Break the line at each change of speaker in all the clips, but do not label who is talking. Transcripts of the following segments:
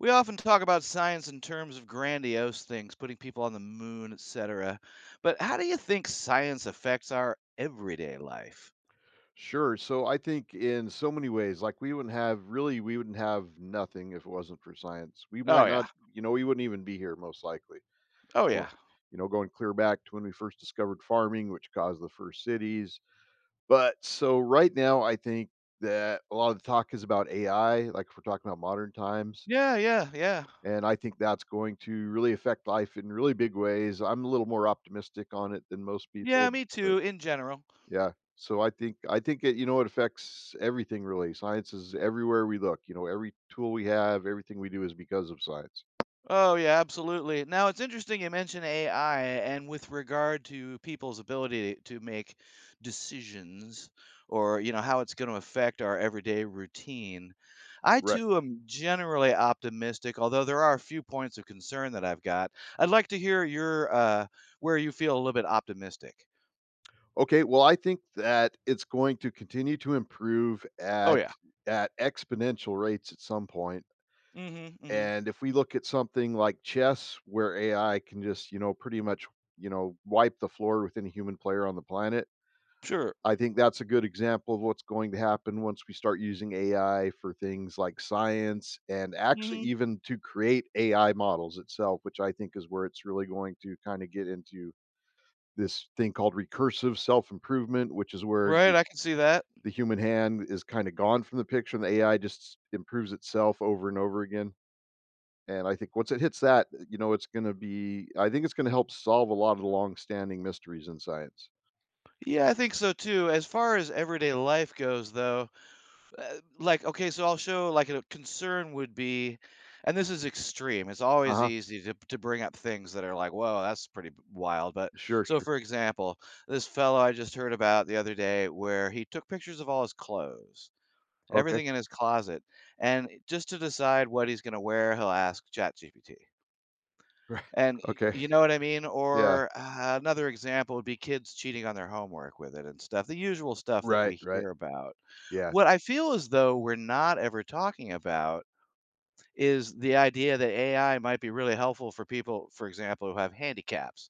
We often talk about science in terms of grandiose things, putting people on the moon, etc. But how do you think science affects our everyday life?
Sure. So I think in so many ways, like we wouldn't have nothing if it wasn't for science. We
Oh
might
yeah.
not, you know, we wouldn't even be here most likely.
Oh
Going-
yeah.
You know, going clear back to when we first discovered farming, which caused the first cities. But so right now, I think that a lot of the talk is about AI, like if we're talking about modern times.
Yeah, yeah, yeah.
And I think that's going to really affect life in really big ways. I'm a little more optimistic on it than most
Yeah,
people.
me too in general.
Yeah. So I think it, you know, it affects everything really. Science is everywhere we look. You know, every tool we have, everything we do is because of science.
Oh yeah, absolutely. Now it's interesting you mention AI and with regard to people's ability to make decisions or how it's going to affect our everyday routine. I
Right.
too am generally optimistic, although there are a few points of concern that I've got. I'd like to hear your where you feel a little bit optimistic.
Okay. Well, I think that it's going to continue to improve
Oh
at
yeah.
exponential rates at some point.
Mhm. Mhm.
And if we look at something like chess, where AI can just, you know, pretty much, you know, wipe the floor with any human player on the planet,
Sure.
I think that's a good example of what's going to happen once we start using AI for things like science and actually
Mhm.
even to create AI models itself, which I think is where it's really going to kind of get into this thing called recursive self improvement, which is where
Right,
the
I can see that.
the human hand is kind of gone from the picture and the AI just improves itself over and over again. And I think once it hits that, you know, it's going to be, I think it's going to help solve a lot of the long standing mysteries in science.
Yeah, I think so too. As far as everyday life goes though, like, okay, so I'll show like a concern would be, and this is extreme. It's
Uh
always
huh.
easy to bring up things that are like, whoa, that's wild. But
Sure,
so,
sure.
for example, this fellow I just heard about the other day, where he took pictures of all his clothes,
Okay.
everything in his closet, and just to decide what he's going to wear, he'll ask ChatGPT.
Right.
And y
Okay.
you know what I mean?
Yeah.
Or a another example would be kids cheating on their homework with it and stuff, the usual stuff that
Right,
we
right.
hear about.
Yeah.
What I feel as though we're not ever talking about is the idea that AI might be really helpful for people, for example, who have handicaps.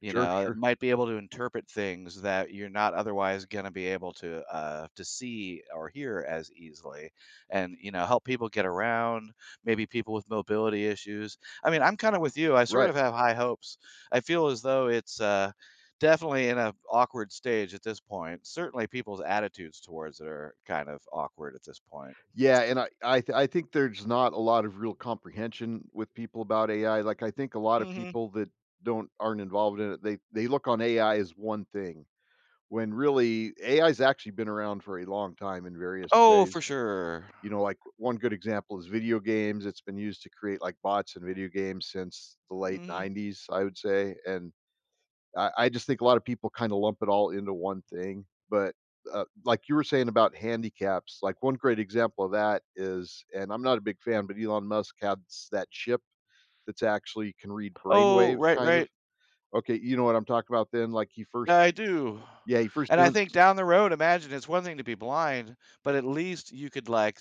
You
Sure,
know, it
sure.
might be able to interpret things that you're not otherwise gonna be able to see or hear as easily and, you know, help people get around, maybe people with mobility issues. I mean, I'm kinda with you, I sort
Right.
of have high hopes. I feel as though it's, definitely in a awkward stage at this point. Certainly, people's attitudes towards it are kind of awkward at this point.
Yeah, and I think there's not a lot of real comprehension with people about AI. Like, I think a lot of
Mhm.
people that don't aren't involved in it, they look on AI as one thing, when really AI's actually been around for a long time in various
Oh, for
ways.
sure.
You know, like, one good example is video games. It's been used to create, like, bots in video games since the late
Mhm.
'90s, I would say. And I just think a lot of people kind of lump it all into one thing. But like you were saying about handicaps, like one great example of that is, and I'm not a big fan, but Elon Musk has that chip that's actually can read
Oh,
brainwaves,
right,
kind of.
right.
Okay, you know what I'm talking about then? Like he first,
I do.
yeah, he first,
And I
demons-
think down the road, imagine it's one thing to be blind, but at least you could like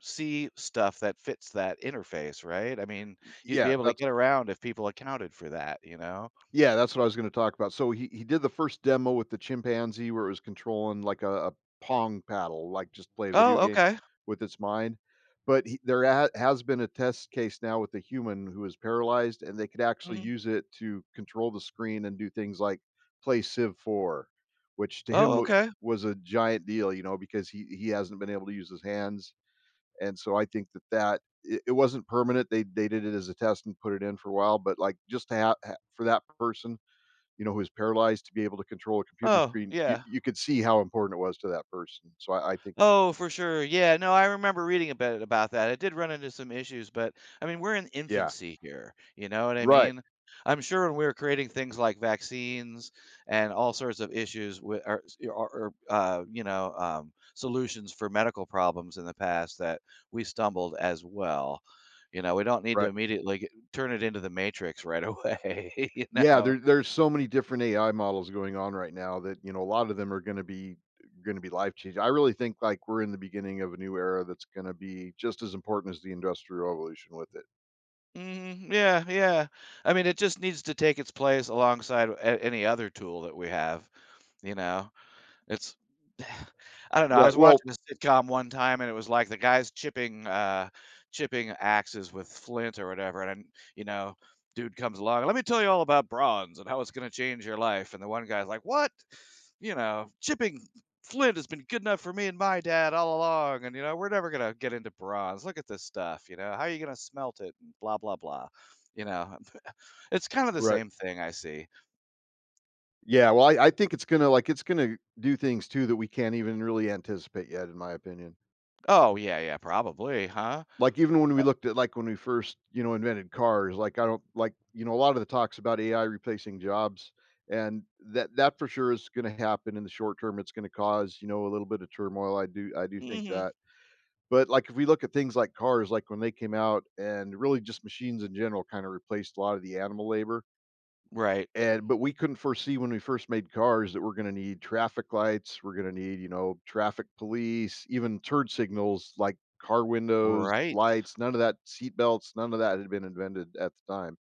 see stuff that fits that interface, right? I mean, you'd
yeah,
be able to
that's
get around if people accounted for that, you know?
yeah, that's what I was gonna talk about. So he did the first demo with the chimpanzee where it was controlling like a pong paddle, like just play a
Oh,
video game
okay.
with its mind. But he, has been a test case now with a human who is paralyzed, and they could actually
Mhm.
use it to control the screen and do things like play Civ 4, which
Oh, okay.
was a giant deal, you know, because he hasn't been able to use his hands. And so I think that that it wasn't permanent. They did it as a test and put it in for a while, but like just to have for that person, you know, who is paralyzed to be able to control a computer
Oh,
screen, you
yeah.
you could see how important it was to that person. So I think
Oh, for sure. Yeah, no, I remember reading a bit about that. I did run into some issues, but I mean, we're in
yeah.
infancy here. You know what I
Right,
mean? I'm sure when we were creating things like vaccines and all sorts of issues with or solutions for medical problems in the past that we stumbled as well. You know, we don't need to
right.
immediately turn it into the matrix right away, you
Yeah,
know.
there there's so many different AI models going on right now that, you know, a lot of them are gonna be life changing. I really think, like, we're in the beginning of a new era that's gonna be just as important as the Industrial Revolution with it.
Mhm, yeah, yeah. I mean, it just needs to take its place alongside any other tool that we have. You know, it's I don't know, I
Right,
was
well
watching a sitcom one time, and it was like the guy's chipping axes with flint or whatever, and you know, dude comes along, "Let me tell you all about bronze and how it's gonna change your life," and the one guy's like, "What?" You know, "Chipping flint has been good enough for me and my dad all along, and, you know, we're never gonna get into bronze. Look at this stuff, you know, how are you gonna smelt it?" and blah, blah, blah. You know, it's kinda the
Right.
same thing I see.
Yeah, well, I think it's gonna like, it's gonna do things too that we can't even really anticipate yet, in my opinion.
Oh, yeah, yeah, probably, huh?
Like, even when we looked at, like, when we first, you know, invented cars, like, I don't like, you know, a lot of the talks about AI replacing jobs, and that for sure is gonna happen in the short term. It's gonna cause, you know, a little bit of turmoil. I do think
Mhm.
that. But, like, if we look at things like cars, like, when they came out and really just machines in general kinda replaced a lot of the animal labor
Right.
and but we couldn't foresee when we first made cars that we're gonna need traffic lights, we're gonna need, you know, traffic police, even turd signals like car windows,
Right.
lights, none of that, seat belts, none of that had been invented at the time.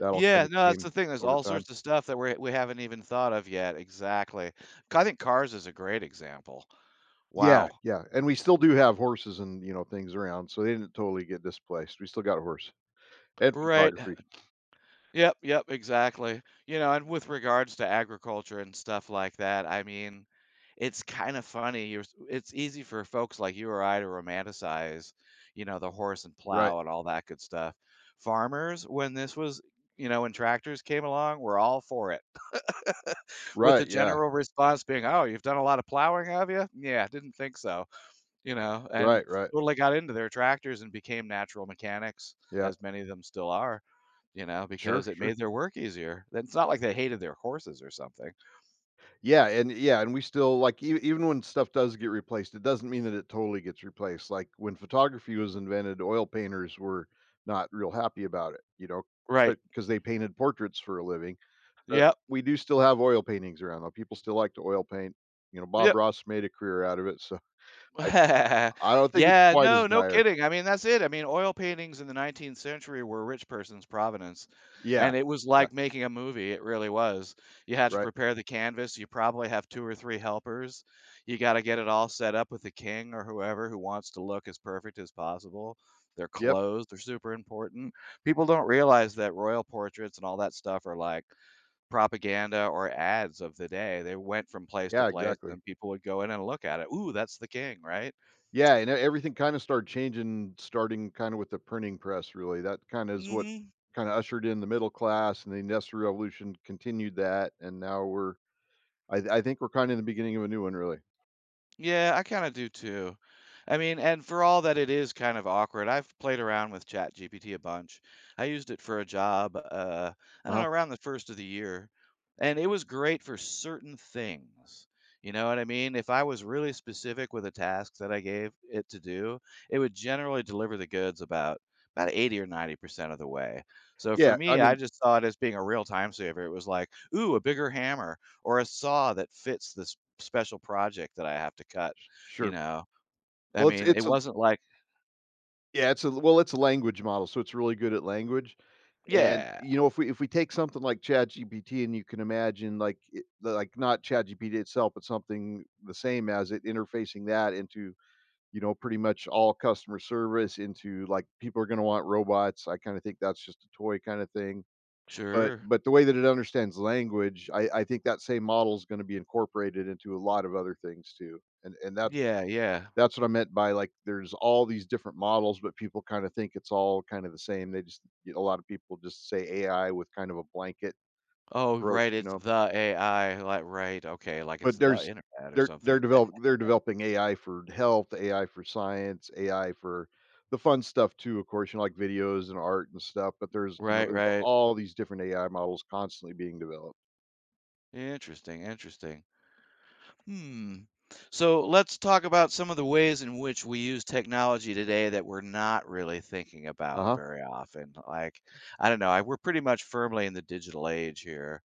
That all
Yeah,
kinda
no, that's
came
the thing. There's
over
all
time.
sorts of stuff that we have not even thought of yet. Exactly. I think cars is a great example.
Yeah,
Wow.
yeah, and we still do have horses and, you know, things around, so they didn't totally get displaced. We still got a horse and
Right.
photography.
Yep, yep, exactly. You know, and with regards to agriculture and stuff like that, I mean, it's kind of funny. It's easy for folks like you or I to romanticize, you know, the horse and
Right,
plow and all that good stuff. Farmers, when this was, you know, when tractors came along, were all for it. With the
right, yeah,
general response being, "Oh, you've done a lot of plowing, have you?" "Yeah, didn't think so," you know, and
right, right,
totally got into their tractors and became natural mechanics,
yeah,
as many of them still are, you know,
sure,
because it
sure.
made their work easier. It's not like they hated their horses or something.
Yeah, and yeah, and we still like even when stuff does get replaced, it doesn't mean that it totally gets replaced. Like when photography was invented, oil painters were not real happy about it, you know,
Right.
but because they painted portraits for a living. But
Yep.
we do still have oil paintings around though. People still like to oil paint. You know, Bob
Yep.
Ross made a career out of it, so I, I don't think it's
Yeah,
quite as
no, no
dire.
kidding. I mean, that's it. I mean, oil paintings in the 19th century were a rich person's provenance,
Yeah,
and it was
yeah,
like making a movie. It really was. You had to
right.
prepare the canvas. You probably have two or three helpers. You got to get it all set up with the king or whoever who wants to look as perfect as possible. Their
Yep.
clothes, they're super important. People don't realize that royal portraits and all that stuff are like propaganda or ads of the day. They went from place to
Yeah,
place, and
exactly.
then people would go in and look at it. Ooh, that's the king, right?
Yeah, and e everything kinda started changing starting kinda with the printing press, really. That kinda is what
Mhm.
kinda ushered in the middle class, and the Industrial Revolution continued that, and now we're I think we're kinda in the beginning of a new one, really.
Yeah, I kinda do too. I mean, and for all that it is kind of awkward, I've played around with ChatGPT a bunch. I used it for a job, I don't know,
Uh-huh.
around the 1st of the year, and it was great for certain things. You know what I mean? If I was really specific with a task that I gave it to do, it would generally deliver the goods about 80 or 90% of the way. So for
Yeah, I
me, I
mean
just saw it as being a real time saver. It was like, "Ooh, a bigger hammer or a saw that fits this special project that I have to cut,
s
you
sure.
know? I
Well,
mean, it
it's a
wasn't like
yeah, it's a well, it's a language model, so it's really good at language. And,
Yeah.
you know, if we take something like ChatGPT and you can imagine, like, not ChatGPT itself, but something the same as it, interfacing that into, you know, pretty much all customer service. Into like people are going to want robots, I kind of think that's just a toy kind of thing. But
Sure.
the way that it understands language, I think that same model is going to be incorporated into a lot of other things too. And
Yeah, yeah.
that's what I meant by like there's all these different models, but people kind of think it's all kind of the same. They just a lot of people just say AI with kind of a blanket
Oh,
approach,
right,
you
it's
know.
the AI, like right, okay, like it's
But
the
there's
internet or something. Eh
they're developing AI for health, AI for science, AI for the fun stuff too, of course, you know, like videos and art and stuff. But there's, you know,
right,
there's
right.
all these different AI models constantly being developed.
Interesting, interesting. Hmm. So, let's talk about some of the ways in which we use technology today that we're not really thinking about
Uh-huh.
very often, like, I don't know, I we're pretty much firmly in the digital age here.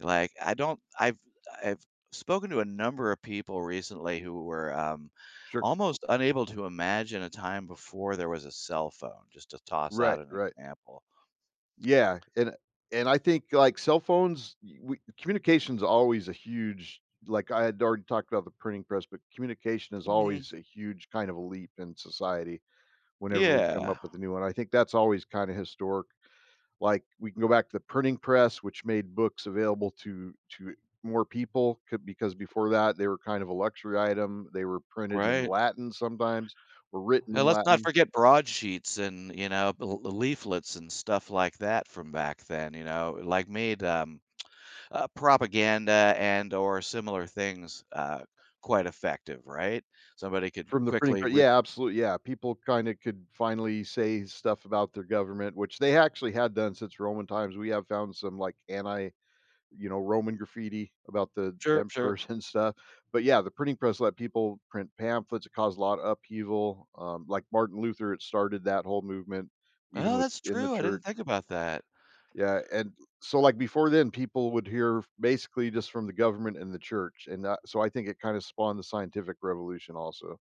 Like, I don't I've spoken to a number of people recently who were,
Sure.
almost unable to imagine a time before there was a cell phone, just to toss out
Right,
an
right.
example.
Yeah, and I think, like, cell phones, y we communication's always a huge like, I had already talked about the printing press, but communication is
Mhm.
always a huge kind of a leap in society whenever we come
Yeah,
up with a new one. I think that's always kinda historic, like we can go back to the printing press which made books available to more people because before that they were kind of a luxury item. They were printed in
right?
latin sometimes or written in
And let's not
latin
forget broadsheets and, you know, l leaflets and stuff like that from back then, you know, like, made propaganda and or similar things, quite effective, right? Somebody could
from the printing
quickly
press,
re
yeah, absolutely, yeah. People kind of could finally say stuff about their government, which they actually had done since roman times. We have found some like anti, you know, Roman graffiti about the
Sure, sure.
emperors and stuff. But yeah, the printing press let people print pamphlets. It caused a lot of upheaval. Like Martin Luther, it started that whole movement, even
Oh, that's
within the
true, I didn't
church.
think about that.
Yeah, and so like before then, people would hear basically just from the government and the church, and that, so I think it kind of spawned the scientific revolution also.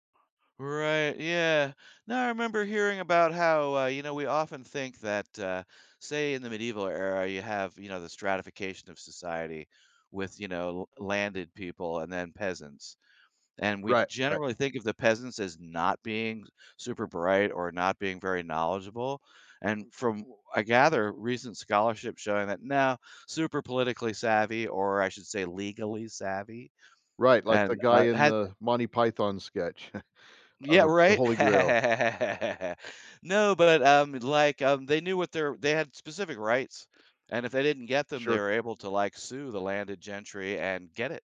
Right, yeah. Now I remember hearing about how, you know, we often think that, say in the medieval era, you have, you know, the stratification of society with, you know, l landed people and then peasants, and we
Right, right,
generally think of the peasants as not being super bright or not being very knowledgeable, and from I gather recent scholarship showing that now super politically savvy, or I should say legally savvy,
right. Like the
and,
guy in
had
the Monty Python sketch. I don't
Yeah,
know, the
right?
Holy Grail.
No, but, like, they knew what their they had specific rights, and if they didn't get them, they
Sure.
were able to, like, sue the landed gentry and get it.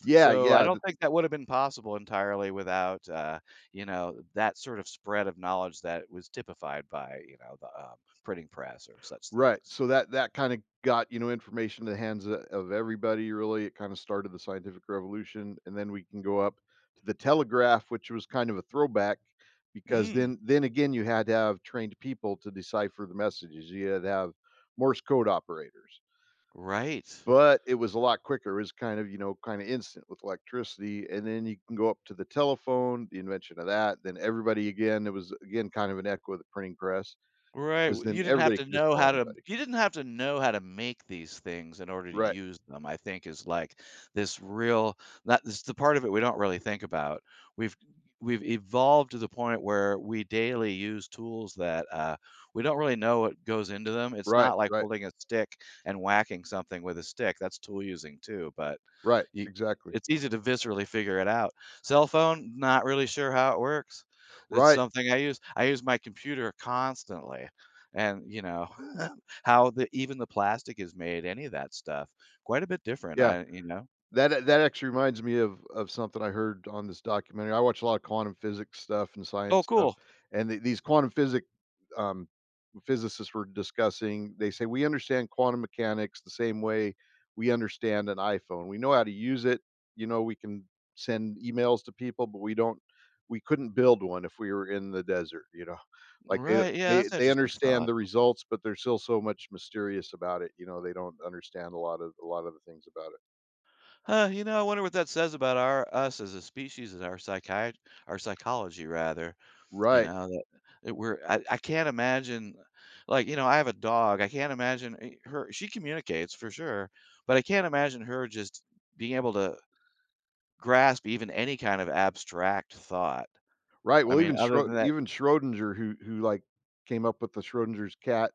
Yeah,
So, I
yeah.
don't think that would have been possible entirely without, you know, that sort of spread of knowledge that was typified by, you know, the, printing press or such
Right,
things.
so that that kinda got, you know, information in the hands of everybody, really. It kinda started the scientific revolution, and then we can go up to the telegraph, which was kind of a throwback because
Mm,
then again, you had to have trained people to decipher the messages. You had to have Morse code operators,
right.
but it was a lot quicker. It was kind of, you know, kinda instant with electricity. And then you can go up to the telephone, the invention of that, then everybody again, it was again kind of an echo of the printing press,
Right,
because
w
then
you didn't have
everybody
to
could just
know
call
how to
anybody.
you didn't have to know how to make these things in order to
Right.
use them, I think is, like, this real that is the part of it we don't really think about. We've we've evolved to the point where we daily use tools that, we don't really know what goes into them. It's
Right,
not like
right,
holding a stick and whacking something with a stick, that's tool using too, but
right,
you
exactly.
it's easy to viscerally figure it out. Cell phone, not really sure how it works. It's
Right,
something I use my computer constantly, and, you know, how the even the plastic is made, any of that stuff, quite a bit different,
yeah.
I you know?
That actually reminds me of something I heard on this documentary. I watch a lot of quantum physics stuff and
Oh,
science stuff,
cool.
and the these quantum physic um, physicists were discussing. They say, "We understand quantum mechanics the same way we understand an iPhone. We know how to use it, you know, we can send emails to people, but we couldn't build one if we were in the desert," you know? Like, they
Right, yeah, that's
they
an
they
interesting
understand
thought.
the results, but there's still so much mysterious about it, you know. They don't understand a lot of the things about it.
Huh, you know, I wonder what that says about our us as a species and our psychology rather, you
Right.
know, that we're I can't imagine like, you know, I have a dog, I can't imagine, her she communicates for sure, but I can't imagine her just being able to grasp even any kind of abstract thought.
Right,
I
well,
mean, other than that
Even Schrodinger who like, came up with the Schrodinger's cat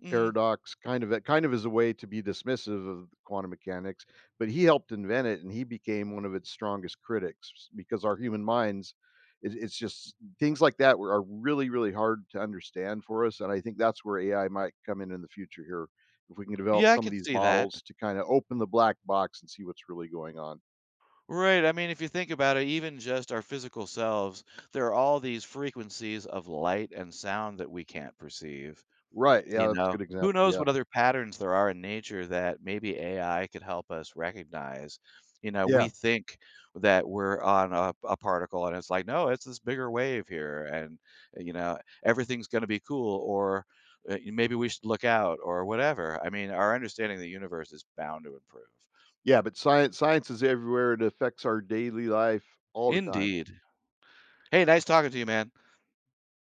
mhm.
paradox kind of as a way to be dismissive of quantum mechanics, but he helped invent it, and he became one of its strongest critics because our human minds, it's just things like that were are really, really hard to understand for us. And I think that's where AI might come in the future here, if we can develop
Yeah, I
some of
could
these
see that.
models to kinda open the black box and see what's really going on.
Right, I mean, if you think about it, even just our physical selves, there are all these frequencies of light and sound that we can't perceive.
Right, yeah,
You
that's a
know,
good
who
example,
knows
yeah.
what other patterns there are in nature that maybe AI could help us recognize. You know, we
Yeah.
think that we're on a particle and it's like, no, it's this bigger wave here and, you know, everything's going to be cool or maybe we should look out or whatever. I mean, our understanding of the universe is bound to improve.
Yeah, but science is everywhere. It affects our daily life all the time.
Indeed. Hey, nice talking to you, man.